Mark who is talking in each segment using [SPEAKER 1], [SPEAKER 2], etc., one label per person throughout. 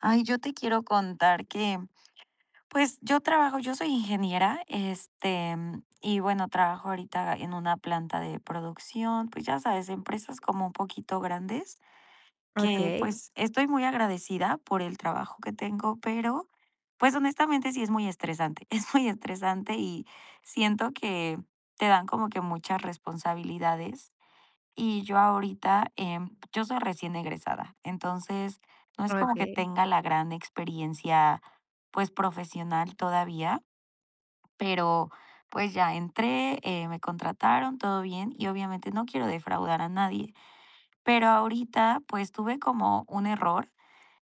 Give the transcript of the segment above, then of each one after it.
[SPEAKER 1] Ay, yo te quiero contar que, pues, yo soy ingeniera, y bueno, trabajo ahorita en una planta de producción, pues, ya sabes, empresas como un poquito grandes, que,
[SPEAKER 2] Okey,
[SPEAKER 1] pues, estoy muy agradecida por el trabajo que tengo, pero, pues, honestamente sí es muy estresante, es muy estresante y siento que te dan como que muchas responsabilidades y yo ahorita, yo soy recién egresada, entonces no es como que
[SPEAKER 2] okey.
[SPEAKER 1] tenga la gran experiencia, pues, profesional todavía, pero, pues, ya entré, me contrataron, todo bien, y obviamente no quiero defraudar a nadie. Pero ahorita, pues, tuve como un error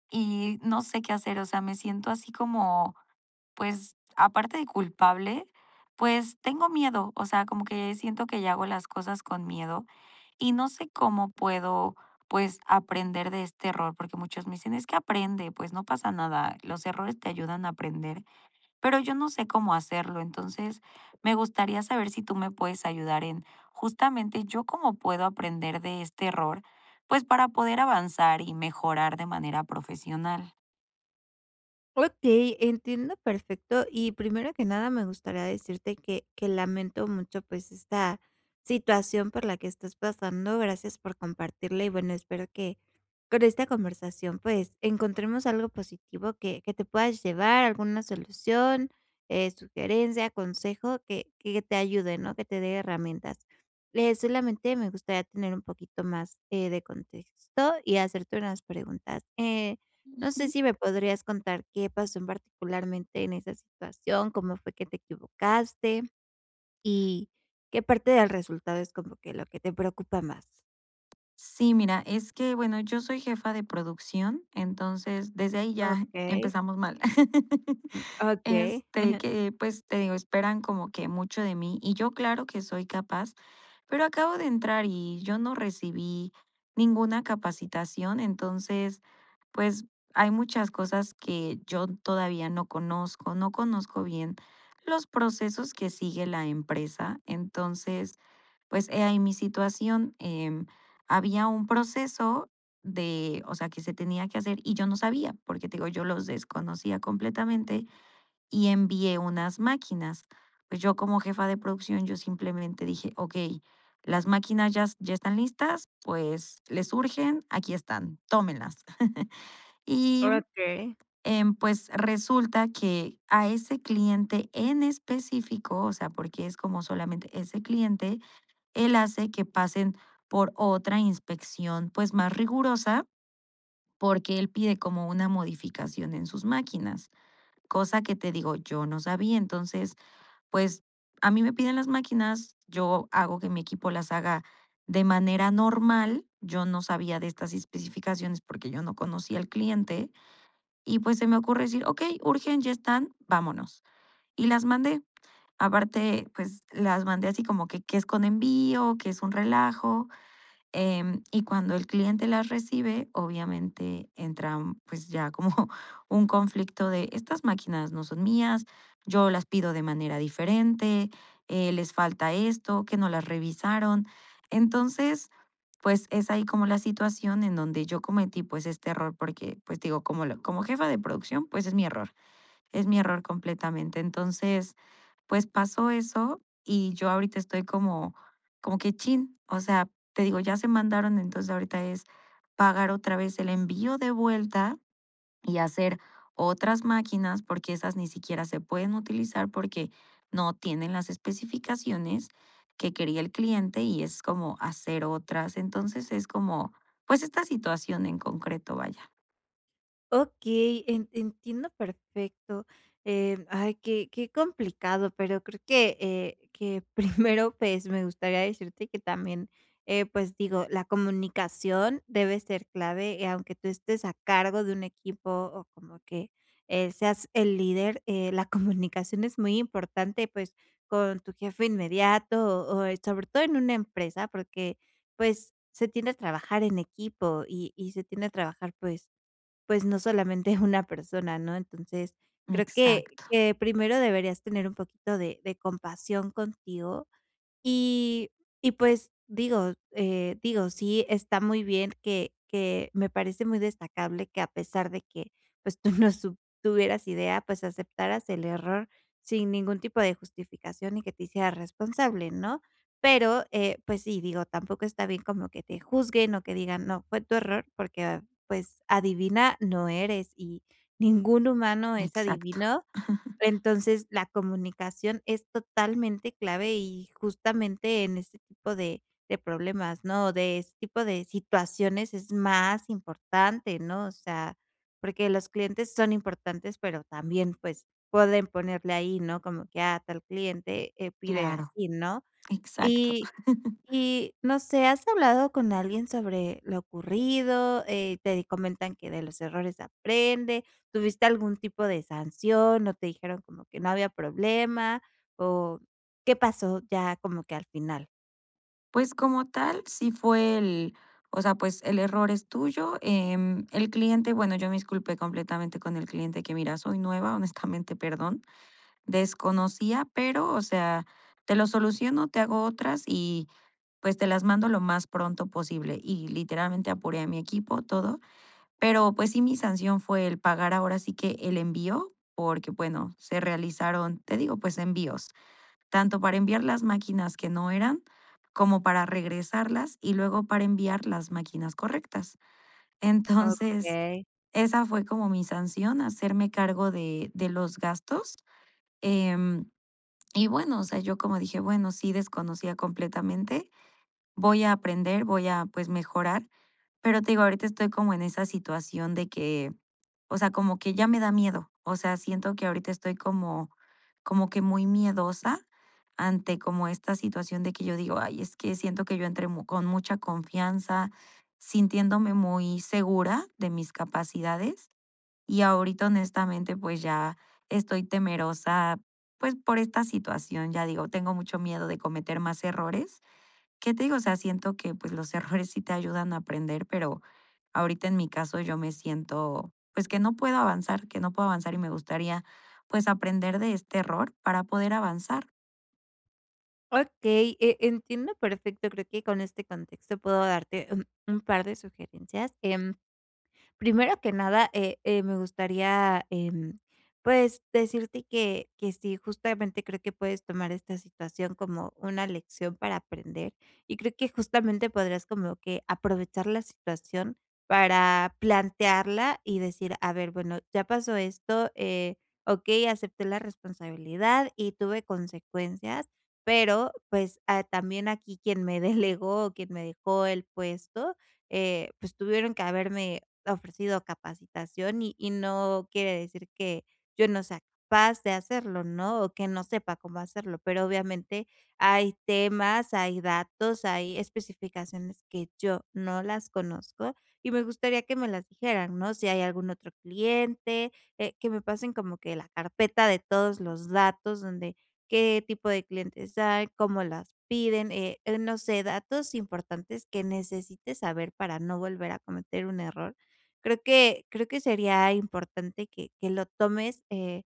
[SPEAKER 1] y no sé qué hacer, o sea, me siento así como, pues, aparte de culpable, pues, tengo miedo, o sea, como que siento que ya hago las cosas con miedo y no sé cómo puedo, pues, aprender de este error, porque muchos me dicen: "Es que aprende, pues, no pasa nada, los errores te ayudan a aprender", pero yo no sé cómo hacerlo. Entonces, me gustaría saber si tú me puedes ayudar en, justamente, yo cómo puedo aprender de este error, pues, para poder avanzar y mejorar de manera profesional.
[SPEAKER 2] Okey, entiendo perfecto. Y primero que nada, me gustaría decirte que lamento mucho, pues, esta situación por la que estás pasando. Gracias por compartirla y, bueno, espero que con esta conversación, pues, encontremos algo positivo que te puedas llevar, alguna solución, sugerencia, consejo que te ayude, ¿no? Que te dé herramientas. Solamente me gustaría tener un poquito más, de contexto y hacerte unas preguntas. No sé si me podrías contar qué pasó en particularmente en esa situación, cómo fue que te equivocaste y qué parte del resultado es como que lo que te preocupa más.
[SPEAKER 1] Sí, mira, es que, bueno, yo soy jefa de producción, entonces desde ahí ya
[SPEAKER 2] Okey,
[SPEAKER 1] empezamos mal.
[SPEAKER 2] okey,
[SPEAKER 1] Este,
[SPEAKER 2] okey.
[SPEAKER 1] que pues te digo, esperan como que mucho de mí y yo claro que soy capaz, pero acabo de entrar y yo no recibí ninguna capacitación, entonces, pues hay muchas cosas que yo todavía no conozco, no conozco bien los procesos que sigue la empresa, entonces... Pues he ahí mi situación, había un proceso de, o sea, que se tenía que hacer y yo no sabía, porque te digo, yo los desconocía completamente y envié unas máquinas. Pues yo como jefa de producción, yo simplemente dije, ok, las máquinas ya están listas, pues les surgen, aquí están, tómenlas. Y pues resulta que a ese cliente en específico, o sea, porque es como solamente ese cliente, él hace que pasen por otra inspección, pues más rigurosa, porque él pide como una modificación en sus máquinas, cosa que te digo, yo no sabía. Entonces, pues a mí me piden las máquinas, yo hago que mi equipo las haga de manera normal. Yo no sabía de estas especificaciones porque yo no conocía al cliente y pues se me ocurre decir, ok, urgen, ya están, vámonos. Y las mandé. Aparte, pues las mandé así como que es con envío, que es un relajo. Y cuando el cliente las recibe, obviamente entra pues ya como un conflicto de estas máquinas no son mías, yo las pido de manera diferente, les falta esto, que no las revisaron. Entonces, pues es ahí como la situación en donde yo cometí pues este error porque pues digo, como, como jefa de producción, pues es mi error. Es mi error completamente. Entonces, pues pasó eso y yo ahorita estoy como, como que chin, o sea, te digo, ya se mandaron, entonces ahorita es pagar otra vez el envío de vuelta y hacer otras máquinas porque esas ni siquiera se pueden utilizar porque no tienen las especificaciones que quería el cliente y es como hacer otras. Entonces es como, pues esta situación en concreto, vaya.
[SPEAKER 2] Okey, en entiendo perfecto. Ay, qué complicado, pero creo que primero, pues, me gustaría decirte que también, pues, digo, la comunicación debe ser clave, aunque tú estés a cargo de un equipo o como que, seas el líder, la comunicación es muy importante, pues, con tu jefe inmediato o, sobre todo en una empresa, porque, pues, se tiende a trabajar en equipo y se tiende a trabajar, pues, pues no solamente una persona, ¿no? Entonces, creo que
[SPEAKER 1] Exacto,
[SPEAKER 2] que primero deberías tener un poquito de compasión contigo y pues digo, digo, sí está muy bien que me parece muy destacable que a pesar de que, pues, tú no sup tuvieras idea, pues, aceptaras el error sin ningún tipo de justificación y que te hicieras responsable, ¿no? Pero, pues sí, digo, tampoco está bien como que te juzguen o que digan: "No, fue tu error", porque, pues, adivina no eres y ningún humano es
[SPEAKER 1] exacto.
[SPEAKER 2] adivino. Entonces, la comunicación es totalmente clave y justamente en este tipo de problemas, ¿no? De este tipo de situaciones es más importante, ¿no? O sea, porque los clientes son importantes, pero también, pues, pueden ponerle ahí, ¿no? Como que, a tal cliente, pide
[SPEAKER 1] Claro.
[SPEAKER 2] así, ¿no?
[SPEAKER 1] Exacto.
[SPEAKER 2] Y no sé, ¿has hablado con alguien sobre lo ocurrido? Te comentan que de los errores aprende. ¿Tuviste algún tipo de sanción, o te dijeron como que no había problema, o qué pasó ya como que al final?
[SPEAKER 1] Pues, como tal, sí fue el o sea, pues, el error es tuyo, el cliente, bueno, yo me disculpé completamente con el cliente que: "Mira, soy nueva, honestamente, perdón, desconocía, pero, o sea, te lo soluciono, te hago otras y, pues, te las mando lo más pronto posible". Y literalmente apuré a mi equipo, todo, pero, pues sí, mi sanción fue el pagar ahora sí que el envío, porque, bueno, se realizaron, te digo, pues, envíos. Tanto para enviar las máquinas que no eran como para regresarlas y luego para enviar las máquinas correctas. Entonces,
[SPEAKER 2] Okey,
[SPEAKER 1] esa fue como mi sanción, hacerme cargo de los gastos. Em, y bueno, o sea, yo como dije, bueno, sí desconocía completamente, voy a aprender, voy a pues mejorar, pero te digo, ahorita estoy como en esa situación de que, o sea, como que ya me da miedo. O sea, siento que ahorita estoy como, como que muy miedosa ante como esta situación de que yo digo, ay, es que siento que yo entré con mucha confianza, sintiéndome muy segura de mis capacidades. Y ahorita, honestamente, pues ya estoy temerosa, pues por esta situación, ya digo, tengo mucho miedo de cometer más errores. ¿Qué te digo? O sea, siento que, pues, los errores sí te ayudan a aprender, pero ahorita en mi caso yo me siento, pues, que no puedo avanzar, que no puedo avanzar y me gustaría, pues, aprender de este error para poder avanzar.
[SPEAKER 2] okey, entiendo perfecto. Creo que con este contexto puedo darte un par de sugerencias. Primero que nada, me gustaría, pues, decirte que sí, justamente creo que puedes tomar esta situación como una lección para aprender, y creo que justamente podrías como que aprovechar la situación para plantearla y decir: "A ver, bueno, ya pasó esto, okey, acepté la responsabilidad y tuve consecuencias, pero, pues, ah, también aquí quien me delegó, quien me dejó el puesto, pues, tuvieron que haberme ofrecido capacitación y no quiere decir que yo no sea capaz de hacerlo, ¿no? O que no sepa cómo hacerlo, pero obviamente hay temas, hay datos, hay especificaciones que yo no las conozco y me gustaría que me las dijeran, ¿no? Si hay algún otro cliente, que me pasen como que la carpeta de todos los datos donde qué tipo de clientes hay, cómo las piden, no sé, datos importantes que necesite saber para no volver a cometer un error. Creo que sería importante que lo tomes,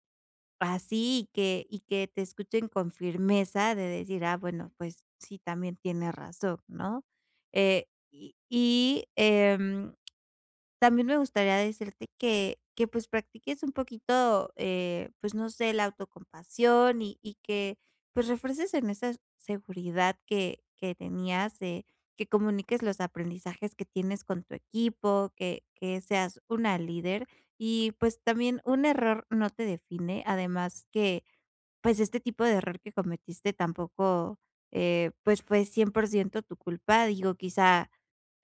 [SPEAKER 2] así y que te escuchen con firmeza de decir: "Ah, bueno, pues sí, también tiene razón", ¿no? Eh, y, también me gustaría decirte que, pues, practiques un poquito, pues, no sé, la autocompasión y que, pues, refuerces en esa seguridad que tenías, que comuniques los aprendizajes que tienes con tu equipo, que seas una líder y, pues, también un error no te define, además que, pues, este tipo de error que cometiste tampoco, pues, fue 100% tu culpa, digo, quizá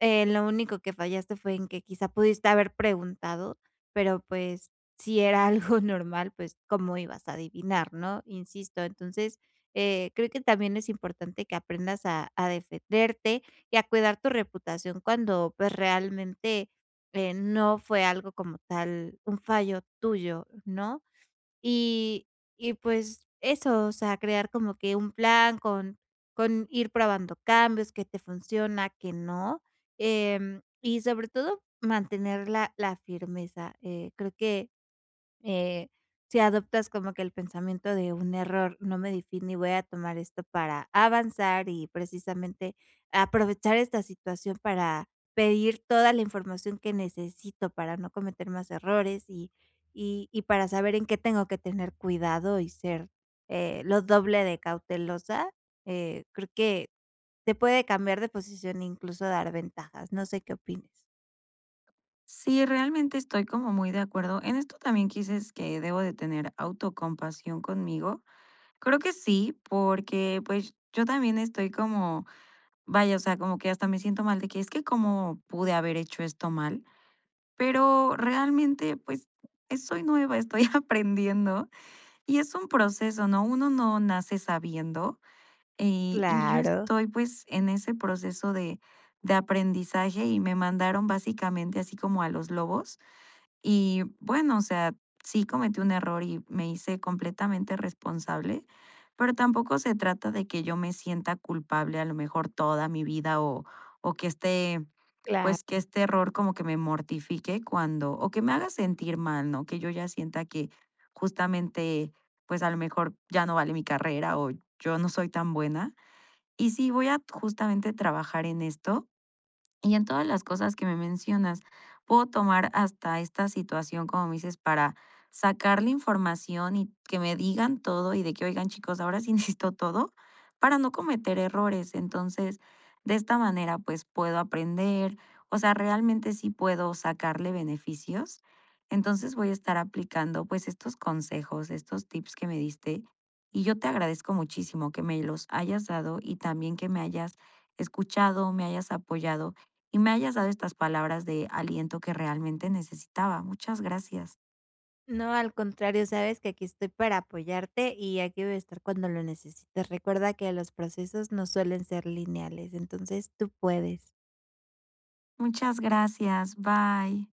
[SPEAKER 2] lo único que fallaste fue en que quizá pudiste haber preguntado, pero, pues, si era algo normal, pues, ¿cómo ibas a adivinar?, ¿no? Insisto, entonces, creo que también es importante que aprendas a defenderte y a cuidar tu reputación cuando, pues, realmente, no fue algo como tal, un fallo tuyo, ¿no? Y pues eso, o sea, crear como que un plan con ir probando cambios, que te funciona, que no, y sobre todo mantener la firmeza, creo que eh, si adoptas como que el pensamiento de un error no me define y voy a tomar esto para avanzar y precisamente aprovechar esta situación para pedir toda la información que necesito para no cometer más errores y para saber en qué tengo que tener cuidado y ser lo doble de cautelosa, creo que te puede cambiar de posición e incluso dar ventajas. No sé qué opines.
[SPEAKER 1] Sí, realmente estoy como muy de acuerdo. En esto también que dices que debo de tener autocompasión conmigo. Creo que sí, porque, pues, yo también estoy como, vaya, o sea, como que hasta me siento mal de que es que cómo pude haber hecho esto mal. Pero realmente, pues, soy nueva, estoy aprendiendo y es un proceso, ¿no? Uno no nace sabiendo, y yo
[SPEAKER 2] Claro,
[SPEAKER 1] estoy, pues, en ese proceso de aprendizaje y me mandaron básicamente así como a los lobos. Y bueno, o sea, sí cometí un error y me hice completamente responsable, pero tampoco se trata de que yo me sienta culpable a lo mejor toda mi vida o, o que este, pues que
[SPEAKER 2] claro.
[SPEAKER 1] este error como que me mortifique cuando, o que me haga sentir mal, ¿no? Que yo ya sienta que justamente, pues a lo mejor ya no vale mi carrera o yo no soy tan buena. Y sí, voy a justamente trabajar en esto y en todas las cosas que me mencionas, puedo tomar hasta esta situación, como me dices, para sacar la información y que me digan todo y de que, oigan, chicos, ahora sí necesito todo para no cometer errores. Entonces, de esta manera, pues puedo aprender, o sea, realmente sí puedo sacarle beneficios. Entonces voy a estar aplicando pues estos consejos, estos tips que me diste y yo te agradezco muchísimo que me los hayas dado y también que me hayas escuchado, me hayas apoyado y me hayas dado estas palabras de aliento que realmente necesitaba. Muchas gracias.
[SPEAKER 2] No, al contrario, sabes que aquí estoy para apoyarte y aquí voy a estar cuando lo necesites. Recuerda que los procesos no suelen ser lineales, entonces tú puedes.
[SPEAKER 1] Muchas gracias. Bye.